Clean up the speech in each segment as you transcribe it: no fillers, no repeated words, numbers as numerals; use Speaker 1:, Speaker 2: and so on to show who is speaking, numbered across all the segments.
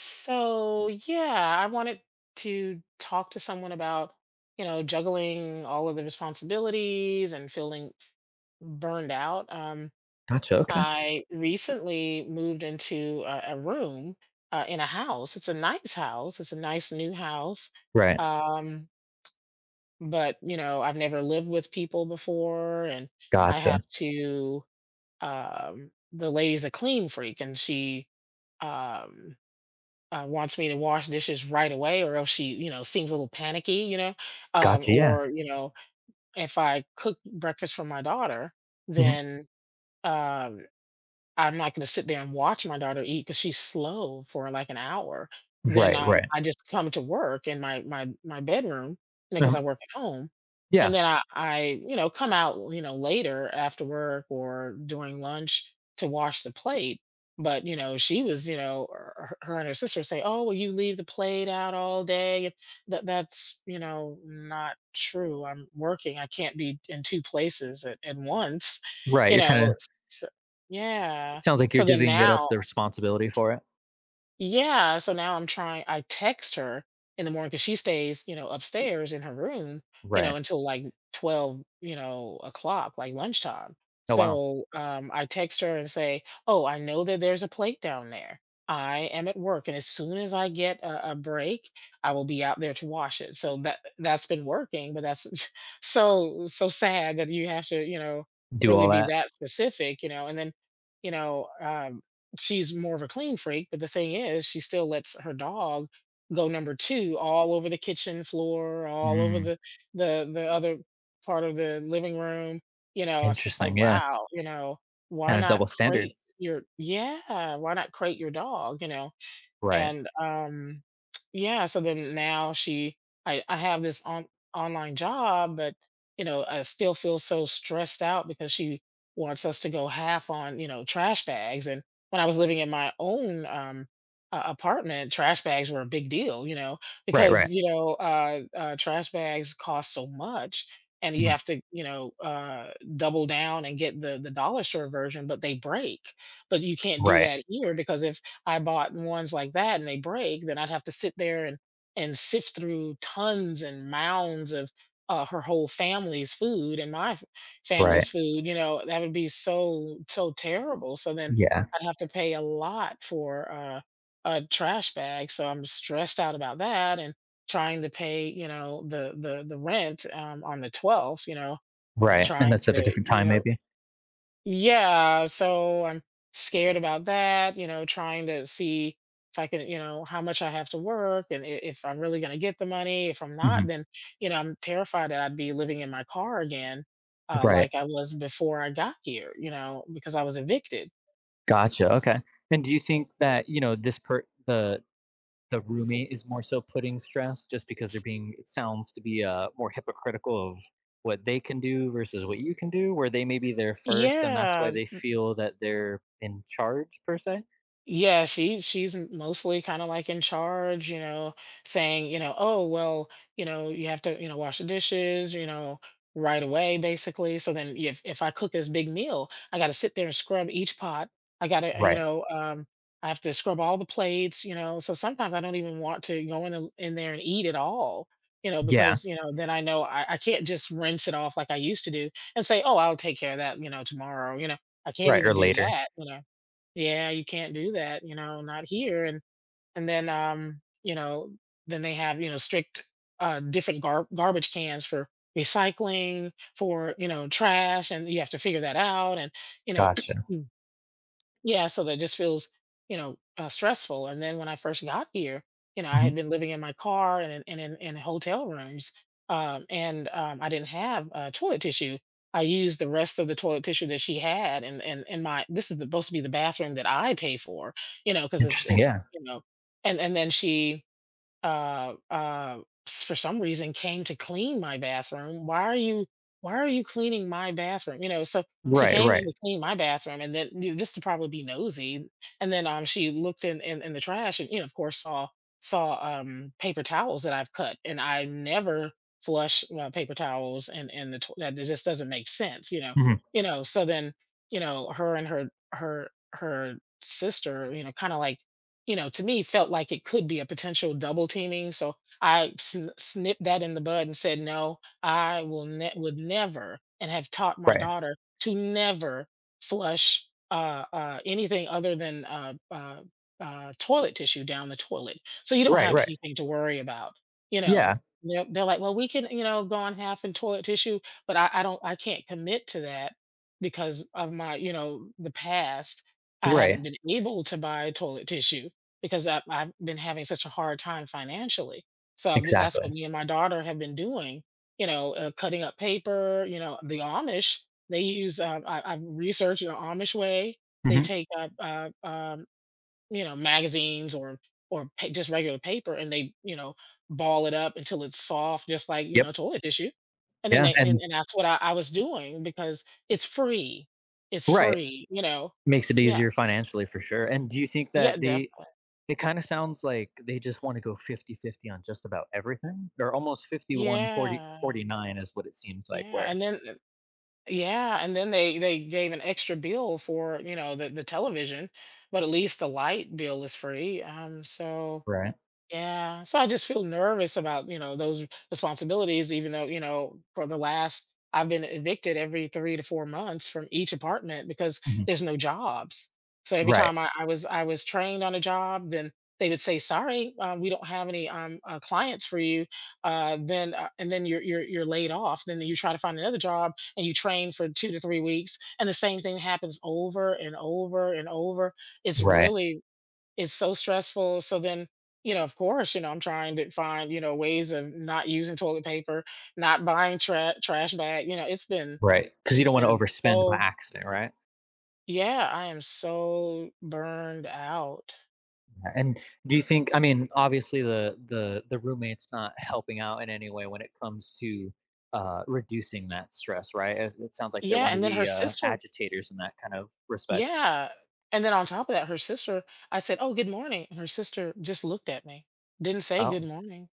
Speaker 1: So, yeah, I wanted to talk to someone about, juggling all of the responsibilities and feeling burned out.
Speaker 2: Gotcha. Okay.
Speaker 1: I recently moved into a room in a house. It's a nice house, it's a nice new house.
Speaker 2: Right.
Speaker 1: Um, but, I've never lived with people before, and I
Speaker 2: Gotcha.
Speaker 1: have to, the lady's a clean freak, and she, um, wants me to wash dishes right away, or else she, seems a little panicky. Um,
Speaker 2: Gotcha. Yeah.
Speaker 1: or you know, if I cook breakfast for my daughter,
Speaker 2: Hmm.
Speaker 1: then um, I'm not gonna sit there and watch my daughter eat because she's slow for, like, an hour. Then,
Speaker 2: Right. Right.
Speaker 1: I just come to work in my bedroom, because I
Speaker 2: Um,
Speaker 1: work at home, and
Speaker 2: yeah.
Speaker 1: then I come out, later after work or during lunch to wash the plate, but, she was, you know, her and her sister say, "Oh, well, you leave the plate out all day." That's not true. I'm working. I can't be in two places at once,
Speaker 2: Right.
Speaker 1: you
Speaker 2: You're kind
Speaker 1: know?
Speaker 2: of. It
Speaker 1: Yeah.
Speaker 2: sounds like you're
Speaker 1: So then
Speaker 2: divvying it up
Speaker 1: now,
Speaker 2: the responsibility for it.
Speaker 1: yeah, so now I text her in the morning because she stays, upstairs in her room,
Speaker 2: Right.
Speaker 1: until like 12, o'clock, like lunchtime.
Speaker 2: Oh, wow.
Speaker 1: So, I text her and say, "Oh, I know that there's a plate down there. I am at work, and as soon as I get a break, I will be out there to wash it." So that's been working, but that's so so sad that you have to,
Speaker 2: Do
Speaker 1: really
Speaker 2: all
Speaker 1: be
Speaker 2: that.
Speaker 1: that specific. And then, you know, um she's more of a clean freak, but the thing is, she still lets her dog go number two all over the kitchen floor, all over
Speaker 2: Mm,
Speaker 1: the other part of the living room. It's just like,
Speaker 2: interesting. Yeah.
Speaker 1: wow, why
Speaker 2: Kind of
Speaker 1: not
Speaker 2: double standard.
Speaker 1: crate your yeah, why not crate your dog? You know,
Speaker 2: Right.
Speaker 1: and, um, yeah, so then now she I have this on online job, but I still feel so stressed out because she wants us to go half on, trash bags, and when I was living in my own, a apartment, trash bags were a big deal, you know,
Speaker 2: Right.
Speaker 1: because,
Speaker 2: Right.
Speaker 1: you know, uh, uh, trash bags cost so much, and you
Speaker 2: Mhm.
Speaker 1: have to, double down and get the dollar store version, but they break. But you can't do
Speaker 2: Right.
Speaker 1: that here because if I bought ones like that and they break, then I'd have to sit there and sift through tons and mounds of, her whole family's food and my f family's
Speaker 2: Right.
Speaker 1: food, that would be so, so terrible, so then
Speaker 2: Yeah.
Speaker 1: I'd have to pay a lot for, a trash bag, so I'm stressed out about that and trying to pay, the rent, on the 12th, you know,
Speaker 2: Right. And
Speaker 1: trying
Speaker 2: that's at a
Speaker 1: to,
Speaker 2: different
Speaker 1: you
Speaker 2: time,
Speaker 1: know
Speaker 2: maybe.
Speaker 1: yeah, so I'm scared about that, trying to see if I can, how much I have to work, and if I'm really going to get the money. If I'm not,
Speaker 2: Hmm.
Speaker 1: then, I'm terrified that I'd be living in my car again,
Speaker 2: Right.
Speaker 1: like I was before I got here, because I was evicted.
Speaker 2: Gotcha. Okay. And do you think that, you know, this per the roommate is more so putting stress just because they're being, it sounds, to be more hypocritical of what they can do versus what you can do, where they may be there first and that's why
Speaker 1: Yeah.
Speaker 2: they feel that they're in charge, per se.
Speaker 1: Yeah, she's mostly kind of like in charge, saying, oh, well, you have to, wash the dishes, right away, basically. So then if I cook this big meal, I got to sit there and scrub each pot. I got to,
Speaker 2: Right.
Speaker 1: I have to scrub all the plates, So sometimes I don't even want to go in in there and eat at all,
Speaker 2: Yeah.
Speaker 1: because, then I know I can't just rinse it off like I used to do and say, oh, I'll take care of that, tomorrow. I can't
Speaker 2: Right.
Speaker 1: even
Speaker 2: Or
Speaker 1: do
Speaker 2: later.
Speaker 1: that, yeah, you can't do that, not here. And then then they have, strict different garbage cans for recycling, for, trash, and you have to figure that out. And, you know,
Speaker 2: Gotcha.
Speaker 1: yeah, so that just feels, stressful. And then when I first got here, I
Speaker 2: Hmm.
Speaker 1: had been living in my car and in hotel rooms, and I didn't have toilet tissue. I used the rest of the toilet tissue that she had, and my this is supposed to be the bathroom that I pay for, because it's
Speaker 2: Interesting.
Speaker 1: it's
Speaker 2: Yeah.
Speaker 1: and then she uh uh for some reason came to clean my bathroom. Why are you why are you cleaning my bathroom? So she
Speaker 2: Right.
Speaker 1: came in
Speaker 2: Right.
Speaker 1: to clean my bathroom, and then, just to probably be nosy. And then she looked in the trash, and, of course, saw paper towels that I've cut, and I never flush, paper towels, and that just doesn't make sense.
Speaker 2: Hmm.
Speaker 1: So then her and her sister, kind of like, to me felt like it could be a potential double teaming. So I snipped that in the bud and said, no, I would never, and have taught my
Speaker 2: Right.
Speaker 1: daughter to never flush, anything other than, toilet tissue down the toilet. So you don't
Speaker 2: Right.
Speaker 1: have
Speaker 2: Right.
Speaker 1: anything to worry about, you know.
Speaker 2: Yeah.
Speaker 1: They're, like, well, we can, go on half in toilet tissue, but I can't commit to that because of my, the past. I
Speaker 2: Right.
Speaker 1: haven't been able to buy toilet tissue because I've been having such a hard time financially. So, w that's what
Speaker 2: Exactly.
Speaker 1: me and my daughter have been doing, cutting up paper, the Amish, they use, I've researched the Amish way. They
Speaker 2: Hmm.
Speaker 1: take up, magazines, or pa just regular paper, and they, ball it up until it's soft, just like,
Speaker 2: Yep.
Speaker 1: toilet tissue. And then
Speaker 2: Yeah.
Speaker 1: they
Speaker 2: And
Speaker 1: and that's what I was doing because it's free. It's
Speaker 2: right.
Speaker 1: free, you know?
Speaker 2: Makes it
Speaker 1: Yeah.
Speaker 2: easier financially for sure, and do you think
Speaker 1: Yeah,
Speaker 2: that they,
Speaker 1: definitely.
Speaker 2: it kinda sounds like they just wanna go fifty-fifty on just about everything? Or almost 51, 40,
Speaker 1: Yeah.
Speaker 2: 49 is what it seems like,
Speaker 1: Yeah,
Speaker 2: where,
Speaker 1: and then th yeah, and then they gave an extra bill for, the television, but at least the light bill is free, so
Speaker 2: right?
Speaker 1: yeah. So I just feel nervous about, those responsibilities, even though, for the last, I've been evicted every 3 to 4 months from each apartment because
Speaker 2: Mhm.
Speaker 1: there's no jobs. So every
Speaker 2: Right.
Speaker 1: time I was trained on a job, then they would say, sorry, we don't have any, clients for you. Then, and then you're laid off. Then you try to find another job and you train for 2 to 3 weeks. And the same thing happens over and over and over. It's
Speaker 2: Right.
Speaker 1: really it's so stressful. So then, of course, I'm trying to find, ways of not using toilet paper, not buying trash bag.
Speaker 2: Because you
Speaker 1: It's
Speaker 2: don't wanna
Speaker 1: been
Speaker 2: overspend by
Speaker 1: so,
Speaker 2: accident, right?
Speaker 1: yeah, I am so burned out.
Speaker 2: Yeah, and do you think, I mean, obviously, the roommate's not helping out in any way when it comes to, reducing that stress, right? It sounds like they're
Speaker 1: Yeah.
Speaker 2: one of
Speaker 1: And then her
Speaker 2: the,
Speaker 1: sister,
Speaker 2: agitators in that kind of respect.
Speaker 1: yeah. And then on top of that, her sister, I said, oh, good morning. And her sister just looked at me, didn't say good
Speaker 2: Oh.
Speaker 1: morning.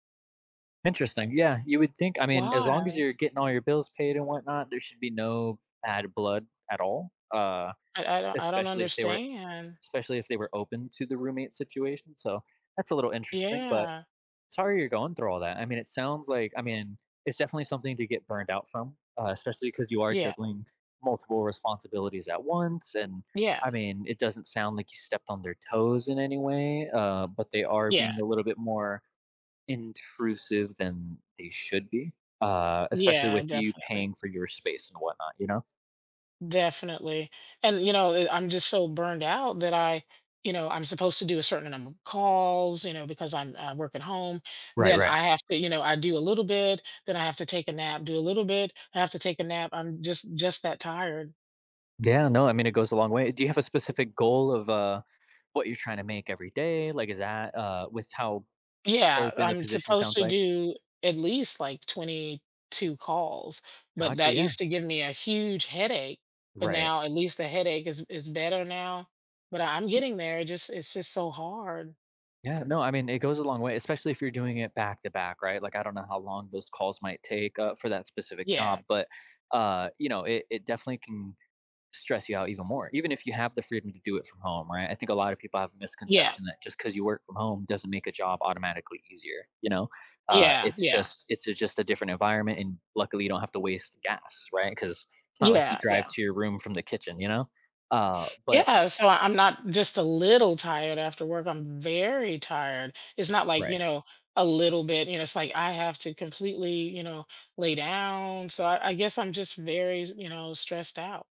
Speaker 2: Interesting. Yeah, you would think, I mean, as long as
Speaker 1: Why?
Speaker 2: you're getting all your bills paid and whatnot, there should be no bad blood at all,
Speaker 1: I don't
Speaker 2: especially if they were
Speaker 1: understand.
Speaker 2: especially if they were open to the roommate situation, so that's a little interesting, but
Speaker 1: Yeah.
Speaker 2: sorry you're going through all that. I mean, it sounds like, I mean, it's definitely something to get burned out from, especially because you are
Speaker 1: Yeah.
Speaker 2: juggling multiple responsibilities at once, and,
Speaker 1: Yeah.
Speaker 2: I mean, it doesn't sound like you stepped on their toes in any way, but they are
Speaker 1: Yeah.
Speaker 2: being a little bit more intrusive than they should be, especially
Speaker 1: Yeah. Yeah.
Speaker 2: with you
Speaker 1: Definitely.
Speaker 2: paying for your space and whatnot, you know?
Speaker 1: Definitely. And, I'm just so burned out that I'm supposed to do a certain number of calls, because I work at home.
Speaker 2: Right,
Speaker 1: Then
Speaker 2: right.
Speaker 1: I have to, you know, I do a little bit, then I have to take a nap, do a little bit, I have to take a nap. I'm just that tired.
Speaker 2: Yeah, no, I mean, it goes a long way. Do you have a specific goal of what you're trying to make every day? Like, is that with how
Speaker 1: Yeah.
Speaker 2: open the
Speaker 1: I'm
Speaker 2: position
Speaker 1: supposed
Speaker 2: sounds
Speaker 1: to
Speaker 2: like?
Speaker 1: do at least like 22 calls, but
Speaker 2: Gotcha.
Speaker 1: that
Speaker 2: Yeah.
Speaker 1: used to give me a huge headache. But
Speaker 2: Right.
Speaker 1: now at least the headache is better now. But I'm getting there. It just, it's just so hard.
Speaker 2: Yeah. No, I mean, it goes a long way, especially if you're doing it back to back, right? Like, I don't know how long those calls might take for that specific
Speaker 1: Yeah.
Speaker 2: job, but, you know, it definitely can stress you out even more, even if you have the freedom to do it from home, right? I think a lot of people have a
Speaker 1: Yeah.
Speaker 2: misconception that just because you work from home doesn't make a job automatically easier. You know,
Speaker 1: Yeah,
Speaker 2: it's
Speaker 1: yeah,
Speaker 2: just it's a, just a different environment, and luckily you don't have to waste gas, right? Because it's not like you
Speaker 1: yeah,
Speaker 2: drive
Speaker 1: yeah.
Speaker 2: to your room from the kitchen, you know. But
Speaker 1: Yeah, so I'm not just a little tired after work, I'm very tired. It's not like,
Speaker 2: right.
Speaker 1: a little bit, it's like I have to completely, lay down. So I guess I'm just very, stressed out.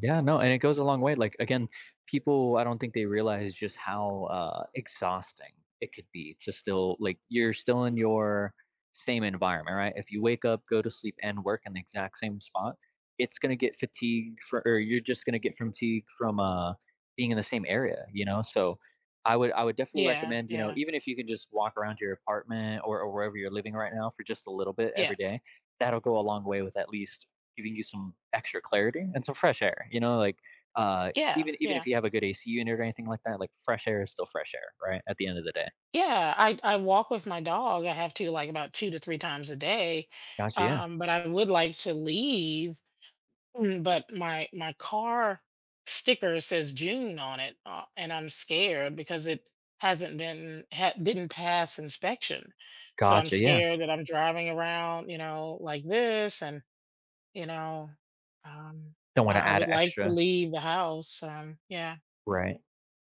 Speaker 2: Yeah, no, and it goes a long way. Like, again, people, I don't think they realize just how exhausting it could be to still, like, you're still in your same environment, right? If you wake up, go to sleep and work in the exact same spot, it's going to get fatigue for, or you're just going to get fatigue from being in the same area, you know? So I would definitely
Speaker 1: Yeah,
Speaker 2: recommend, you know,
Speaker 1: yeah,
Speaker 2: even if you can just walk around your apartment or wherever you're living right now for just a little bit
Speaker 1: yeah,
Speaker 2: every day, that'll go a long way with at least giving you some extra clarity and some fresh air. You know, like,
Speaker 1: yeah,
Speaker 2: even
Speaker 1: yeah,
Speaker 2: if you have a good AC unit or anything like that, like fresh air is still fresh air, right? At the end of the day.
Speaker 1: yeah. I walk with my dog. I have to like about 2 to 3 times a day,
Speaker 2: Gotcha. Yeah.
Speaker 1: but I would like to leave. But my car sticker says June on it, and I'm scared because it hasn't been didn't pass inspection. So I'm
Speaker 2: Gotcha. Yeah.
Speaker 1: scared that I'm driving around, like this, and you know, um,
Speaker 2: Don't want to
Speaker 1: I
Speaker 2: add
Speaker 1: would like to
Speaker 2: extra,
Speaker 1: leave the house. Yeah,
Speaker 2: right?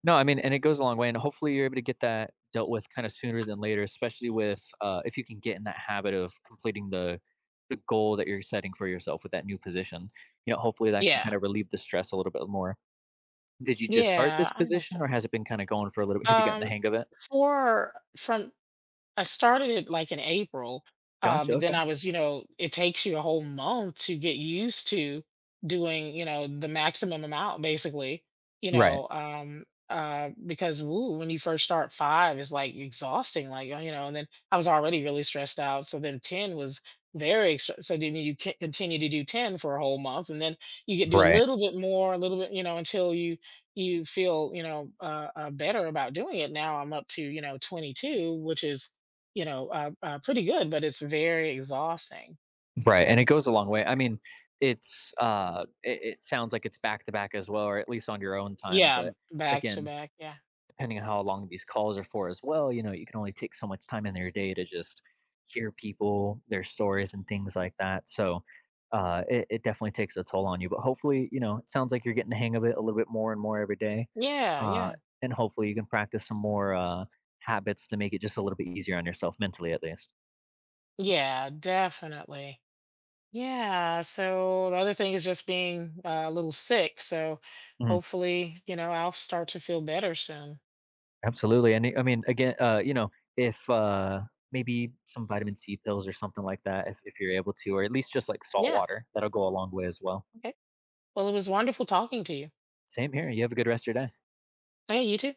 Speaker 2: No, I mean, and it goes a long way, and hopefully you're able to get that dealt with kind of sooner than later, especially with if you can get in that habit of completing the goal that you're setting for yourself with that new position. You know, hopefully that can
Speaker 1: yeah,
Speaker 2: kind of relieve the stress a little bit more. Did you just start this
Speaker 1: yeah. I hope
Speaker 2: position,
Speaker 1: so.
Speaker 2: or has it been kind of going for a little bit? Have you gotten the
Speaker 1: Um,
Speaker 2: hang of it?
Speaker 1: for from I started it like in April,
Speaker 2: Gotcha.
Speaker 1: but then
Speaker 2: Okay.
Speaker 1: I was, you know, it takes you a whole month to get used to doing, the maximum amount basically,
Speaker 2: Right.
Speaker 1: because woo, when you first start five is like exhausting, like, and then I was already really stressed out. So then ten was very, so then continue to do ten for a whole month, and then you get do a
Speaker 2: Right.
Speaker 1: little bit more, a little bit, until you feel, better about doing it. Now I'm up to, 22, which is, pretty good, but it's very exhausting.
Speaker 2: Right, and it goes a long way. I mean, it sounds like it's back to back as well, or at least on your own time,
Speaker 1: Yeah,
Speaker 2: but
Speaker 1: back to
Speaker 2: again,
Speaker 1: back. Yeah.
Speaker 2: depending on how long these calls are for as well, you know, you can only take so much time in your day to just hear people, their stories, and things like that, so, it definitely takes a toll on you, but hopefully, you know, it sounds like you're getting the hang of it a little bit more and more every day,
Speaker 1: Yeah.
Speaker 2: uh,
Speaker 1: Yeah.
Speaker 2: and hopefully you can practice some more, habits to make it just a little bit easier on yourself mentally, at least.
Speaker 1: Yeah. Definitely. Yeah. So the other thing is just being, a little sick. So hopefully, I'll start to feel better soon.
Speaker 2: Absolutely, and I mean, again, you know, if maybe some vitamin C pills or something like that, if you're able to, or at least just like salt
Speaker 1: Yeah.
Speaker 2: water, that'll go a long way as well.
Speaker 1: Okay. Well, it was wonderful talking to you.
Speaker 2: Same here. You have a good rest of your day.
Speaker 1: Hey, you too.